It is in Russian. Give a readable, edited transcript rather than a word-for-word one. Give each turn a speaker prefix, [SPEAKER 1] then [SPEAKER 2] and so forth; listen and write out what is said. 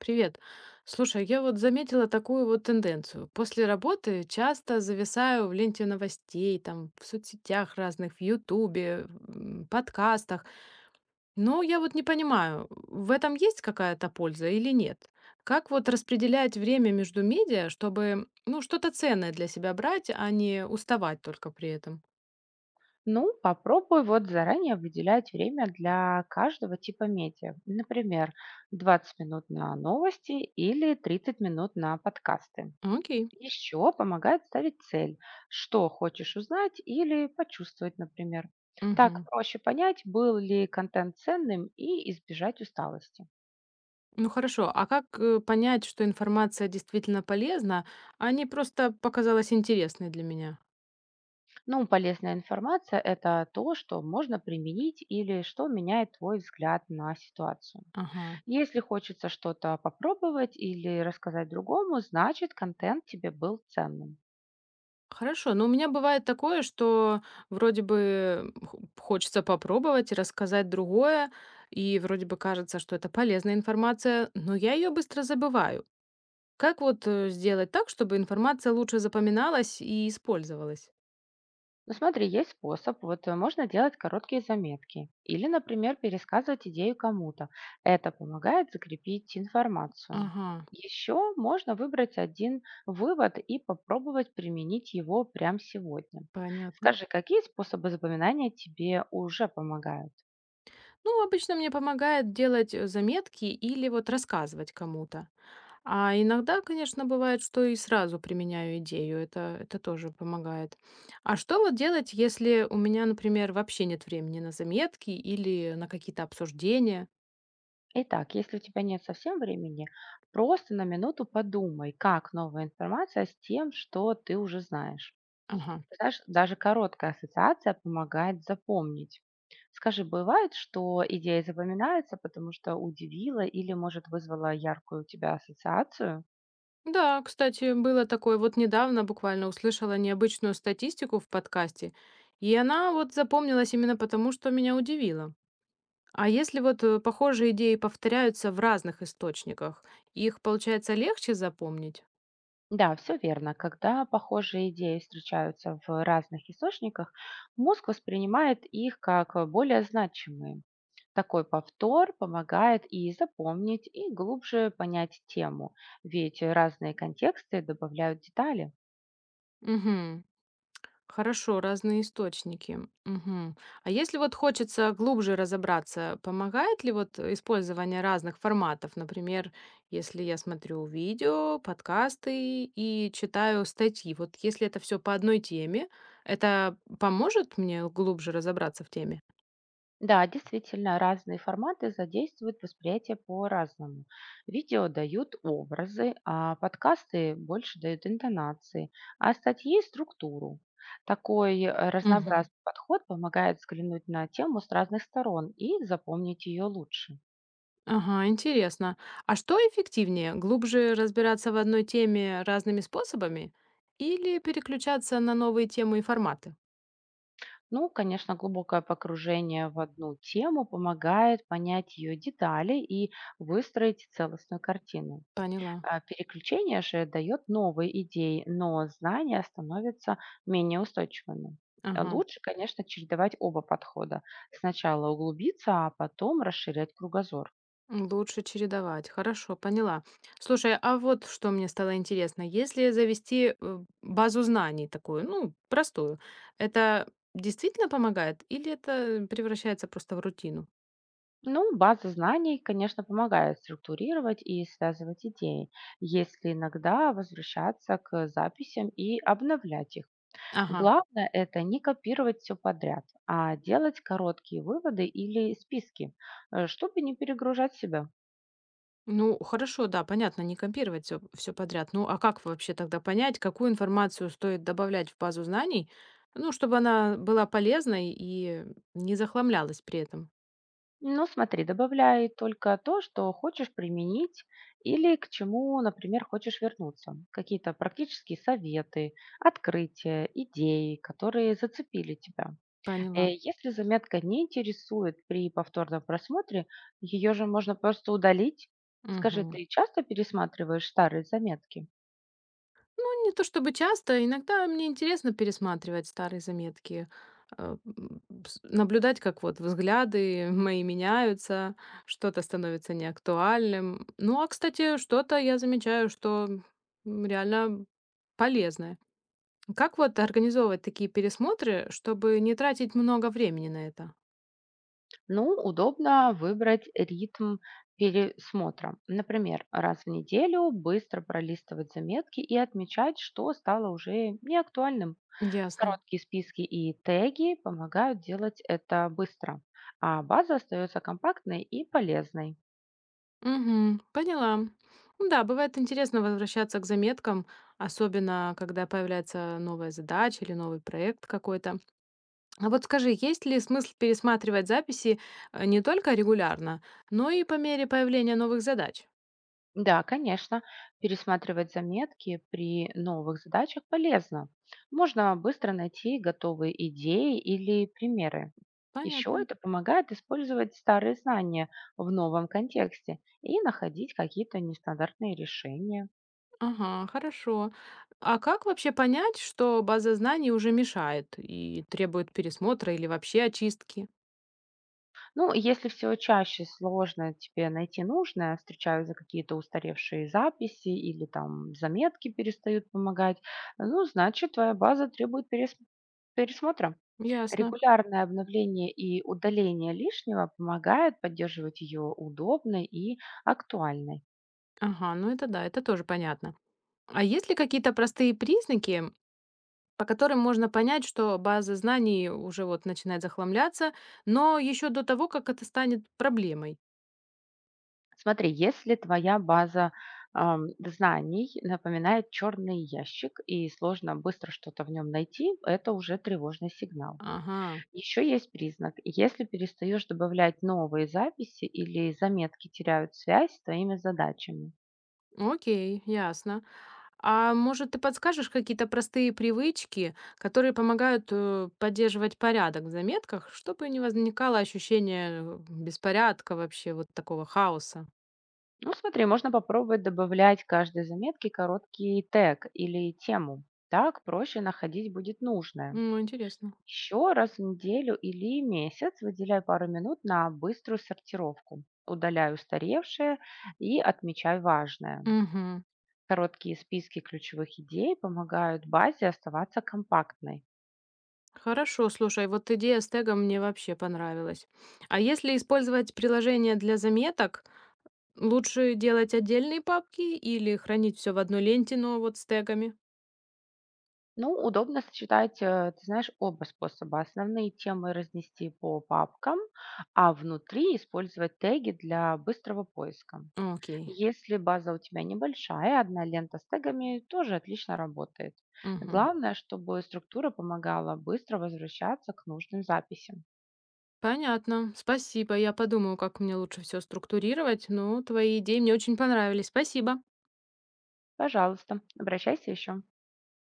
[SPEAKER 1] Привет. Слушай, я вот заметила такую вот тенденцию. После работы часто зависаю в ленте новостей, там, в соцсетях разных, в Ютубе, подкастах. Но я вот не понимаю, в этом есть какая-то польза или нет? Как вот распределять время между медиа, чтобы, ну, что-то ценное для себя брать, а не уставать только при этом?
[SPEAKER 2] Ну, попробуй вот заранее выделять время для каждого типа медиа. Например, 20 минут на новости или 30 минут на подкасты.
[SPEAKER 1] Окей.
[SPEAKER 2] Еще помогает ставить цель, что хочешь узнать или почувствовать, например. Так
[SPEAKER 1] Мгм.
[SPEAKER 2] проще понять, был ли контент ценным и избежать усталости.
[SPEAKER 1] Ну хорошо, а как понять, что информация действительно полезна, а не просто показалась интересной для меня?
[SPEAKER 2] Ну, полезная информация — это то, что можно применить или что меняет твой взгляд на ситуацию.
[SPEAKER 1] Ага.
[SPEAKER 2] Если хочется что-то попробовать или рассказать другому, значит, контент тебе был ценным.
[SPEAKER 1] Хорошо, но у меня бывает такое, что вроде бы хочется попробовать и рассказать другое, и вроде бы кажется, что это полезная информация, но я ее быстро забываю. Как вот сделать так, чтобы информация лучше запоминалась и использовалась?
[SPEAKER 2] Ну смотри, есть способ, вот можно делать короткие заметки или, например, пересказывать идею кому-то. Это помогает закрепить информацию.
[SPEAKER 1] Ага,
[SPEAKER 2] Еще можно выбрать один вывод и попробовать применить его прямо сегодня.
[SPEAKER 1] понятно.
[SPEAKER 2] Скажи, какие способы запоминания тебе уже помогают?
[SPEAKER 1] Ну, обычно мне помогает делать заметки или вот рассказывать кому-то. А иногда, конечно, бывает, что и сразу применяю идею. Это тоже помогает. А что вот делать, если у меня, например, вообще нет времени на заметки или на какие-то обсуждения?
[SPEAKER 2] Итак, если у тебя нет совсем времени, просто на минуту подумай, как новая информация с тем, что ты уже знаешь.
[SPEAKER 1] Ага.
[SPEAKER 2] Ты знаешь, даже короткая ассоциация помогает запомнить. Скажи, бывает, что идея запоминается, потому что удивила или, может, вызвала яркую у тебя ассоциацию?
[SPEAKER 1] Да, кстати, было такое. Вот недавно буквально услышала необычную статистику в подкасте, и она вот запомнилась именно потому, что меня удивило. А если вот похожие идеи повторяются в разных источниках, их, получается, легче запомнить?
[SPEAKER 2] Да, все верно. Когда похожие идеи встречаются в разных источниках, мозг воспринимает их как более значимые. Такой повтор помогает и запомнить, и глубже понять тему, ведь разные контексты добавляют детали.
[SPEAKER 1] Угу. Хорошо, разные источники. Мгм. А если вот хочется глубже разобраться, помогает ли вот использование разных форматов? Например, если я смотрю видео, подкасты и читаю статьи, вот если это все по одной теме, это поможет мне глубже разобраться в теме?
[SPEAKER 2] Да, действительно, разные форматы задействуют восприятие по-разному. Видео дают образы, а подкасты больше дают интонации, а статьи — структуру. Такой
[SPEAKER 1] Мгм.
[SPEAKER 2] разнообразный подход помогает взглянуть на тему с разных сторон и запомнить ее лучше.
[SPEAKER 1] Ага, интересно. А что эффективнее, глубже разбираться в одной теме разными способами или переключаться на новые темы и форматы?
[SPEAKER 2] Ну, конечно, глубокое погружение в одну тему помогает понять ее детали и выстроить целостную картину.
[SPEAKER 1] Поняла.
[SPEAKER 2] А, переключение же дает новые идеи, но знания становятся менее устойчивыми. А
[SPEAKER 1] Ага.
[SPEAKER 2] лучше, конечно, чередовать оба подхода. Сначала углубиться, а потом расширять кругозор.
[SPEAKER 1] Лучше чередовать. Хорошо, поняла. Слушай, а вот что мне стало интересно. Если завести базу знаний такую, ну, простую, это действительно помогает или это превращается просто в рутину?
[SPEAKER 2] Ну, база знаний, конечно, помогает структурировать и связывать идеи, если иногда возвращаться к записям и обновлять их.
[SPEAKER 1] Ага.
[SPEAKER 2] Главное — это не копировать все подряд, а делать короткие выводы или списки, чтобы не перегружать себя.
[SPEAKER 1] Ну, хорошо, да, понятно, не копировать все подряд. Ну, а как вообще тогда понять, какую информацию стоит добавлять в базу знаний, ну, чтобы она была полезной и не захламлялась при этом?
[SPEAKER 2] Ну, смотри, добавляй только то, что хочешь применить или к чему, например, хочешь вернуться. Какие-то практические советы, открытия, идеи, которые зацепили тебя.
[SPEAKER 1] Поняла.
[SPEAKER 2] Если заметка не интересует при повторном просмотре, ее же можно просто удалить. Скажи,
[SPEAKER 1] Мгм.
[SPEAKER 2] ты часто пересматриваешь старые заметки?
[SPEAKER 1] Ну, не то чтобы часто, иногда мне интересно пересматривать старые заметки, наблюдать, как вот взгляды мои меняются, что-то становится неактуальным. Ну, а, кстати, что-то я замечаю, что реально полезное. Как вот организовывать такие пересмотры, чтобы не тратить много времени на это?
[SPEAKER 2] Ну, удобно выбрать ритм пересмотра. Например, раз в неделю быстро пролистывать заметки и отмечать, что стало уже неактуальным.
[SPEAKER 1] Ясно.
[SPEAKER 2] Короткие списки и теги помогают делать это быстро, а база остается компактной и полезной.
[SPEAKER 1] Мгм. Поняла. Ну да, бывает интересно возвращаться к заметкам, особенно когда появляется новая задача или новый проект какой-то. А вот скажи, есть ли смысл пересматривать записи не только регулярно, но и по мере появления новых задач?
[SPEAKER 2] Да, конечно, пересматривать заметки при новых задачах полезно. Можно быстро найти готовые идеи или примеры. Еще
[SPEAKER 1] Понятно.
[SPEAKER 2] это помогает использовать старые знания в новом контексте и находить какие-то нестандартные решения.
[SPEAKER 1] Ага, хорошо. А как вообще понять, что база знаний уже мешает и требует пересмотра или вообще очистки?
[SPEAKER 2] Ну, если все чаще сложно тебе найти нужное, встречаются какие-то устаревшие записи или там заметки перестают помогать, ну, значит, твоя база требует пересмотра.
[SPEAKER 1] Ясно.
[SPEAKER 2] Регулярное обновление и удаление лишнего помогают поддерживать ее удобной и актуальной.
[SPEAKER 1] Ага, ну это да, это тоже понятно. А есть ли какие-то простые признаки, по которым можно понять, что база знаний уже вот начинает захламляться, но еще до того, как это станет проблемой?
[SPEAKER 2] Смотри, если твоя база знаний напоминает черный ящик и сложно быстро что-то в нем найти, это уже тревожный сигнал.
[SPEAKER 1] Ага,
[SPEAKER 2] Еще есть признак, если перестаешь добавлять новые записи или заметки теряют связь с твоими задачами.
[SPEAKER 1] окей, ясно. А может, ты подскажешь какие-то простые привычки, которые помогают поддерживать порядок в заметках, чтобы не возникало ощущение беспорядка вообще, вот такого хаоса?
[SPEAKER 2] Ну, смотри, можно попробовать добавлять к каждой заметке короткий тег или тему. Так проще находить будет нужное.
[SPEAKER 1] Ну, интересно.
[SPEAKER 2] Еще раз в неделю или месяц выделяй пару минут на быструю сортировку. Удаляй устаревшее и отмечай важное.
[SPEAKER 1] Угу.
[SPEAKER 2] Короткие списки ключевых идей помогают базе оставаться компактной.
[SPEAKER 1] Хорошо, слушай, вот идея с тегом мне вообще понравилась. А если использовать приложение для заметок, лучше делать отдельные папки или хранить все в одной ленте, но вот с тегами?
[SPEAKER 2] Ну, удобно сочетать, ты знаешь, оба способа. Основные темы разнести по папкам, а внутри использовать теги для быстрого поиска.
[SPEAKER 1] Окей.
[SPEAKER 2] Если база у тебя небольшая, одна лента с тегами тоже отлично работает.
[SPEAKER 1] Мгм.
[SPEAKER 2] Главное, чтобы структура помогала быстро возвращаться к нужным записям.
[SPEAKER 1] Понятно. Спасибо. Я подумаю, как мне лучше все структурировать, но твои идеи мне очень понравились. Спасибо.
[SPEAKER 2] Пожалуйста, обращайся еще.